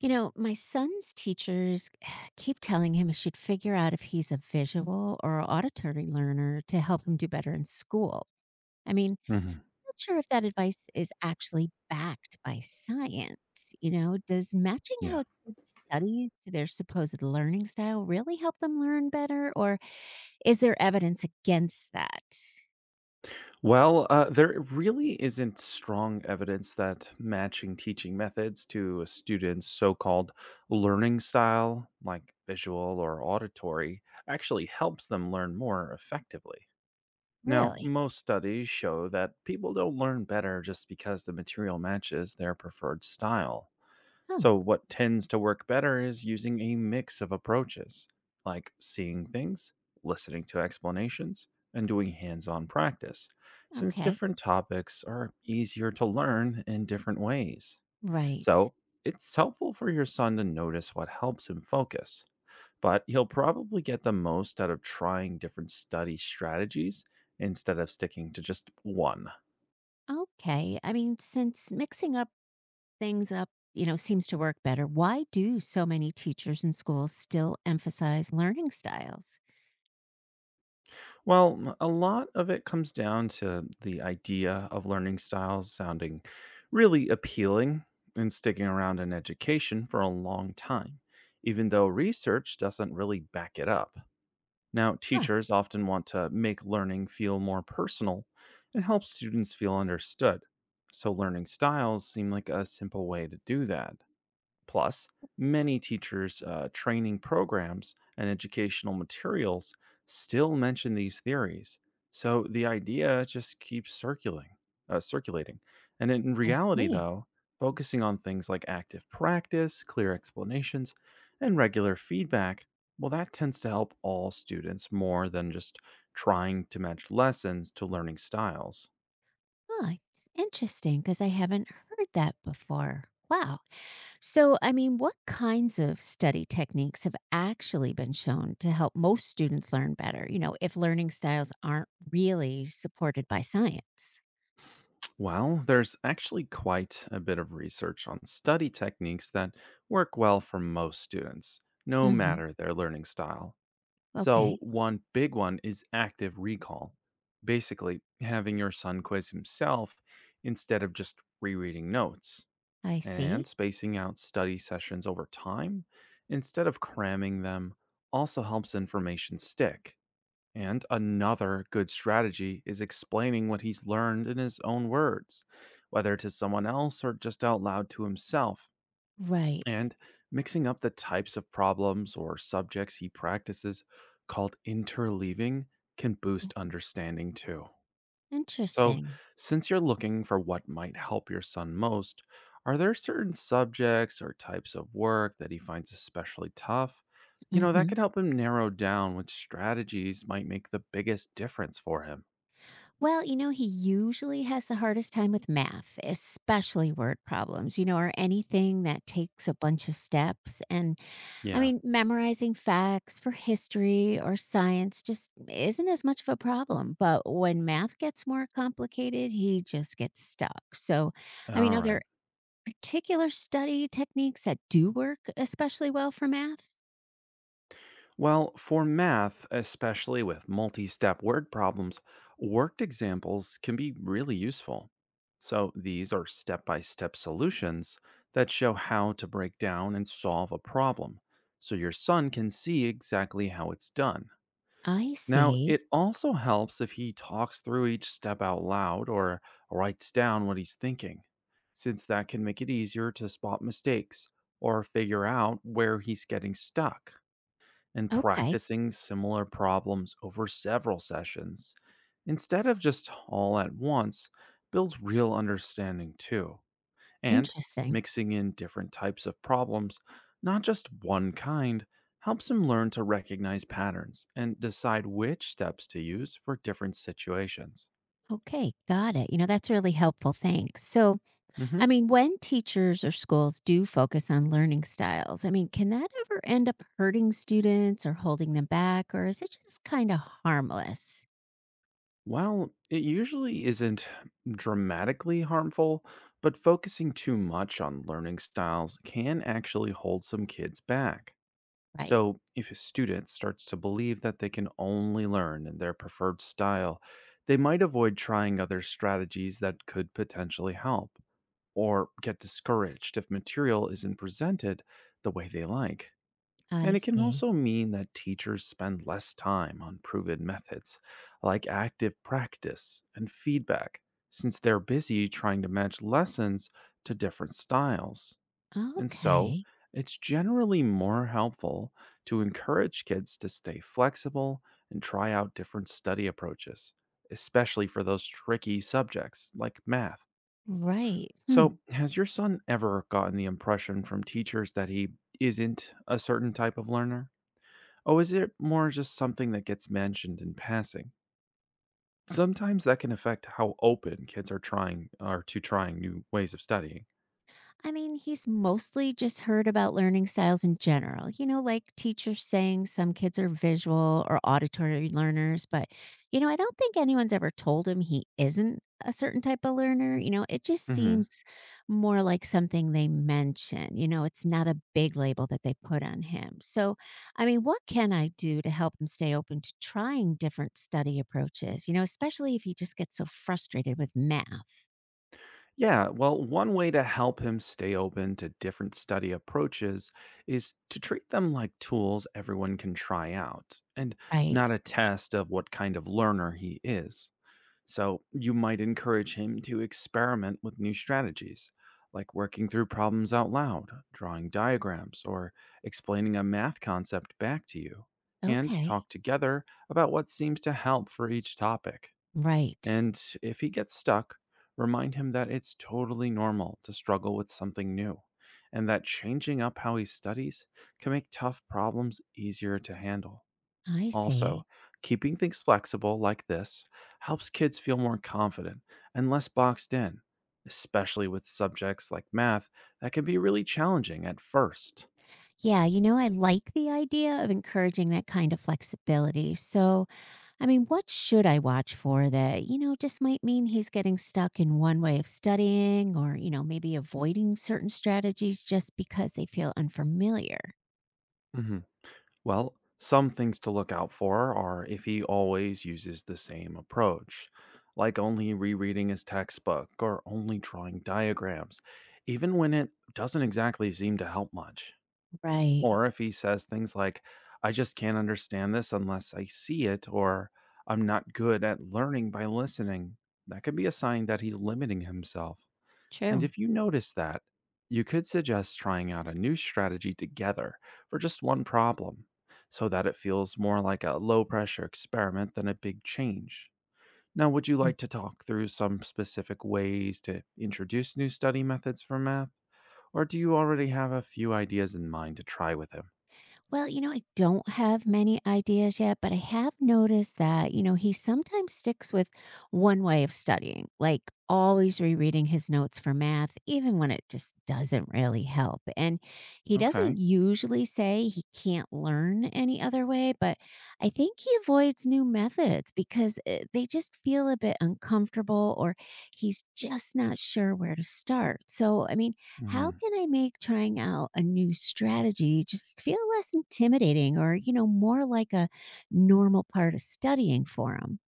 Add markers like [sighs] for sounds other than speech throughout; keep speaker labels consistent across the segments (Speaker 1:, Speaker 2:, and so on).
Speaker 1: My son's teachers [sighs] keep telling him he should figure out if he's a visual or auditory learner to help him do better in school. I mean,
Speaker 2: Mhm.
Speaker 1: not sure if that advice is actually backed by science. Does matching how
Speaker 2: Yeah.
Speaker 1: a kid studies to their supposed learning style really help them learn better? Or is there evidence against that?
Speaker 2: Well, there really isn't strong evidence that matching teaching methods to a student's so called learning style, like visual or auditory, actually helps them learn more effectively. Now,
Speaker 1: Really?
Speaker 2: most studies show that people don't learn better just because the material matches their preferred style.
Speaker 1: Oh,
Speaker 2: So, what tends to work better is using a mix of approaches, like seeing things, listening to explanations, and doing hands on practice, since
Speaker 1: okay.
Speaker 2: different topics are easier to learn in different ways.
Speaker 1: Right.
Speaker 2: So, it's helpful for your son to notice what helps him focus, but he'll probably get the most out of trying different study strategies instead of sticking to just one.
Speaker 1: Okay. I mean, since mixing up things up, seems to work better. Why do so many teachers and schools still emphasize learning styles?
Speaker 2: Well, a lot of it comes down to the idea of learning styles sounding really appealing and sticking around in education for a long time, even though research doesn't really back it up. Now,
Speaker 1: Huh.
Speaker 2: teachers often want to make learning feel more personal and help students feel understood. So, learning styles seem like a simple way to do that. Plus, many teachers' training programs and educational materials still mention these theories, so the idea just keeps circulating. And in
Speaker 1: I
Speaker 2: reality,
Speaker 1: see.
Speaker 2: though, focusing on things like active practice, clear explanations, and regular feedback, well, that tends to help all students more than just trying to match lessons to learning styles.
Speaker 1: Huh. It's interesting because I haven't heard that before. Wow. So, I mean, what kinds of study techniques have actually been shown to help most students learn better, if learning styles aren't really supported by science?
Speaker 2: Well, there's actually quite a bit of research on study techniques that work well for most students, no
Speaker 1: Hmm.
Speaker 2: matter their learning style. So,
Speaker 1: Okay,
Speaker 2: one big one is active recall. Basically, having your son quiz himself instead of just rereading notes,
Speaker 1: I see.
Speaker 2: and spacing out study sessions over time instead of cramming them also helps information stick. And another good strategy is explaining what he's learned in his own words, whether to someone else or just out loud to himself.
Speaker 1: Right.
Speaker 2: And mixing up the types of problems or subjects he practices, called interleaving, can boost
Speaker 1: Mhm.
Speaker 2: understanding too. So,
Speaker 1: Interesting.
Speaker 2: since you're looking for what might help your son most, are there certain subjects or types of work that he finds especially tough? You know, that
Speaker 1: Hmm.
Speaker 2: could help him narrow down which strategies might make the biggest difference for him.
Speaker 1: Well, he usually has the hardest time with math, especially word problems, or anything that takes a bunch of steps. And I
Speaker 2: Yeah.
Speaker 1: mean, memorizing facts for history or science just isn't as much of a problem. But when math gets more complicated, he just gets stuck. So, I mean,
Speaker 2: All
Speaker 1: are there
Speaker 2: right.
Speaker 1: particular study techniques that do work especially well for math?
Speaker 2: Well, for math, especially with multi step word problems, worked examples can be really useful. So, these are step by step solutions that show how to break down and solve a problem, so your son can see exactly how it's done.
Speaker 1: I
Speaker 2: Now,
Speaker 1: see.
Speaker 2: it also helps if he talks through each step out loud or writes down what he's thinking, since that can make it easier to spot mistakes or figure out where he's getting stuck and
Speaker 1: Okay.
Speaker 2: practicing similar problems over several sessions, instead of just all at once, builds real understanding too. And
Speaker 1: Interesting.
Speaker 2: mixing in different types of problems, not just one kind, helps him learn to recognize patterns and decide which steps to use for different situations.
Speaker 1: Okay. Got it. That's really helpful. Thanks. So,
Speaker 2: Hmm.
Speaker 1: I mean, when teachers or schools do focus on learning styles, I mean, can that ever end up hurting students or holding them back, or is it just kind of harmless?
Speaker 2: While it usually isn't dramatically harmful, but focusing too much on learning styles can actually hold some kids back.
Speaker 1: Right.
Speaker 2: So, if a student starts to believe that they can only learn in their preferred style, they might avoid trying other strategies that could potentially help, or get discouraged if material isn't presented the way they like.
Speaker 1: I
Speaker 2: And it can
Speaker 1: see.
Speaker 2: also mean that teachers spend less time on proven methods like active practice and feedback, since they're busy trying to match lessons to different styles. And so,
Speaker 1: Okay.
Speaker 2: it's generally more helpful to encourage kids to stay flexible and try out different study approaches, especially for those tricky subjects like math.
Speaker 1: Right.
Speaker 2: So,
Speaker 1: Hmm.
Speaker 2: has your son ever gotten the impression from teachers that he isn't a certain type of learner? Or is it more just something that gets mentioned in passing? Sometimes that can affect how open kids are to trying new ways of studying.
Speaker 1: I mean, he's mostly just heard about learning styles in general, like teachers saying some kids are visual or auditory learners. But, I don't think anyone's ever told him he isn't a certain type of learner. It just
Speaker 2: Mhm.
Speaker 1: seems more like something they mention. It's not a big label that they put on him. So, I mean, what can I do to help him stay open to trying different study approaches, especially if he just gets so frustrated with math?
Speaker 2: Yeah, well, one way to help him stay open to different study approaches is to treat them like tools everyone can try out and
Speaker 1: Right.
Speaker 2: not a test of what kind of learner he is. So, you might encourage him to experiment with new strategies, like working through problems out loud, drawing diagrams, or explaining a math concept back to you, and
Speaker 1: Okay.
Speaker 2: talk together about what seems to help for each topic.
Speaker 1: Right.
Speaker 2: And if he gets stuck, remind him that it's totally normal to struggle with something new, and that changing up how he studies can make tough problems easier to handle.
Speaker 1: I see.
Speaker 2: Also, keeping things flexible like this helps kids feel more confident and less boxed in, especially with subjects like math that can be really challenging at first.
Speaker 1: Yeah, I like the idea of encouraging that kind of flexibility. So, I mean, what should I watch for that, just might mean he's getting stuck in one way of studying or, maybe avoiding certain strategies just because they feel unfamiliar?
Speaker 2: Well, some things to look out for are if he always uses the same approach, like only rereading his textbook or only drawing diagrams, even when it doesn't exactly seem to help much.
Speaker 1: Right.
Speaker 2: Or if he says things like, I just can't understand this unless I see it, or I'm not good at learning by listening, that could be a sign that he's limiting himself. And
Speaker 1: True.
Speaker 2: if you notice that, you could suggest trying out a new strategy together for just one problem so that it feels more like a low pressure experiment than a big change. Now, would you like to talk through some specific ways to introduce new study methods for math? Or do you already have a few ideas in mind to try with him?
Speaker 1: Well, I don't have many ideas yet, but I have noticed that, he sometimes sticks with one way of studying, like always rereading his notes for math, even when it just doesn't really help. And he doesn't
Speaker 2: Okay.
Speaker 1: usually say he can't learn any other way, but I think he avoids new methods because they just feel a bit uncomfortable or he's just not sure where to start. So, I mean, how
Speaker 2: Hmm.
Speaker 1: can I make trying out a new strategy just feel less intimidating or, more like a normal part of studying for them?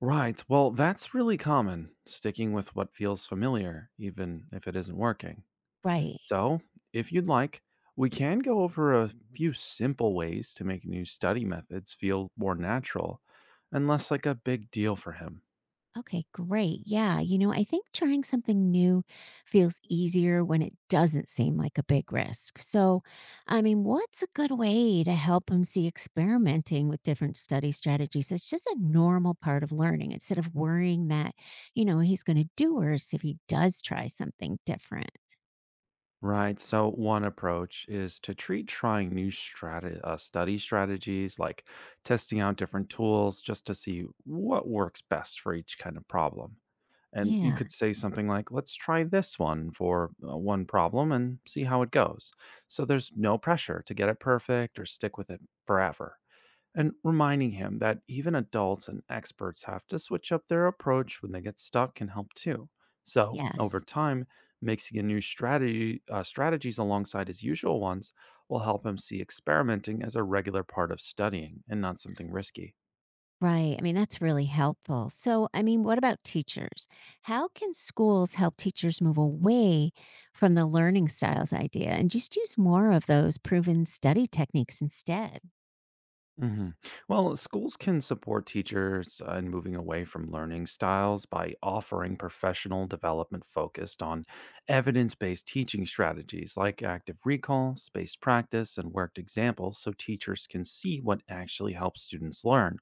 Speaker 2: Right. Well, that's really common, sticking with what feels familiar, even if it isn't working.
Speaker 1: Right.
Speaker 2: So, if you'd like, we can go over a few simple ways to make new study methods feel more natural and less like a big deal for him.
Speaker 1: Okay, great. Yeah. I think trying something new feels easier when it doesn't seem like a big risk. So, I mean, what's a good way to help them see experimenting with different study strategies? It's just a normal part of learning instead of worrying that, he's going to do worse if he does try something different.
Speaker 2: Right. So, one approach is to treat trying study strategies, like testing out different tools just to see what works best for each kind of problem. And you
Speaker 1: Yeah.
Speaker 2: could say something like, let's try this one for one problem and see how it goes. So, there's no pressure to get it perfect or stick with it forever. And reminding him that even adults and experts have to switch up their approach when they get stuck can help too. So, over
Speaker 1: Yes.
Speaker 2: time, mixing in strategies alongside his usual ones will help him see experimenting as a regular part of studying and not something risky.
Speaker 1: Right. I mean, that's really helpful. So, I mean, what about teachers? How can schools help teachers move away from the learning styles idea and just use more of those proven study techniques instead?
Speaker 2: Hmm. Well, schools can support teachers in moving away from learning styles by offering professional development focused on evidence based teaching strategies like active recall, spaced practice, and worked examples so teachers can see what actually helps students learn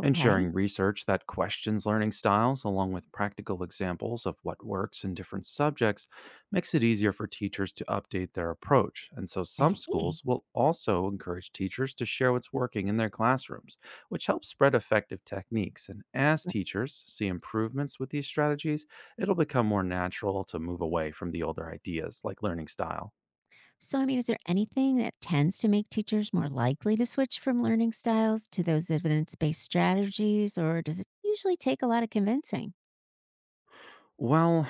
Speaker 2: and sharing research that questions learning styles, along with practical examples of what works in different subjects, makes it easier for teachers to update their approach. And so
Speaker 1: I
Speaker 2: some
Speaker 1: see.
Speaker 2: schools will also encourage teachers to share what's working in their classrooms, which helps spread effective techniques. And as
Speaker 1: Right.
Speaker 2: teachers see improvements with these strategies, it'll become more natural to move away from the older ideas like learning style.
Speaker 1: So, I mean, is there anything that tends to make teachers more likely to switch from learning styles to those evidence based strategies, or does it usually take a lot of convincing?
Speaker 2: Well,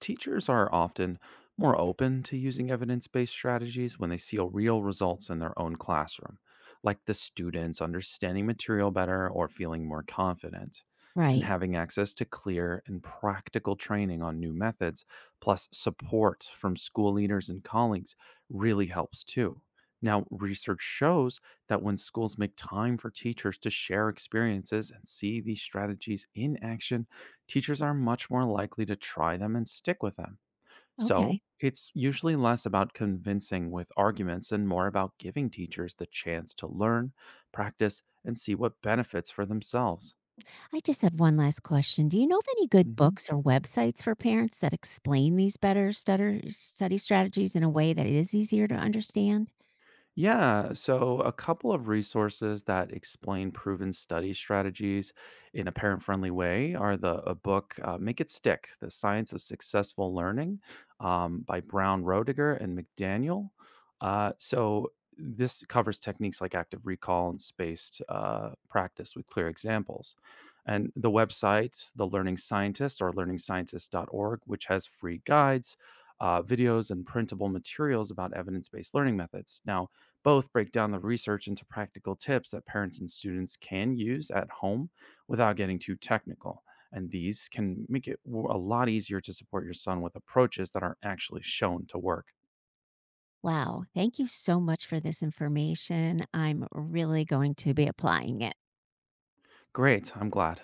Speaker 2: teachers are often more open to using evidence based strategies when they see real results in their own classroom, like the students understanding material better or feeling more confident. And
Speaker 1: Right.
Speaker 2: having access to clear and practical training on new methods, plus support from school leaders and colleagues, really helps too. Now, research shows that when schools make time for teachers to share experiences and see these strategies in action, teachers are much more likely to try them and stick with them.
Speaker 1: Okay.
Speaker 2: So, it's usually less about convincing with arguments and more about giving teachers the chance to learn, practice, and see what benefits for themselves.
Speaker 1: I just have one last question. Do you know of any good
Speaker 2: Mhm.
Speaker 1: books or websites for parents that explain these better stutter, study strategies in a way that it is easier to understand?
Speaker 2: Yeah, so a couple of resources that explain proven study strategies in a parent friendly way are the a book Make It Stick: The Science of Successful Learning by Brown, Roediger, and McDaniel. So this covers techniques like active recall and spaced practice with clear examples. And the website, The Learning Scientist, or learningscientist.org, which has free guides, videos, and printable materials about evidence based learning methods. Now, both break down the research into practical tips that parents and students can use at home without getting too technical. And these can make it a lot easier to support your son with approaches that are actually shown to work.
Speaker 1: Wow. Thank you so much for this information. I'm really going to be applying it.
Speaker 2: Great, I'm glad.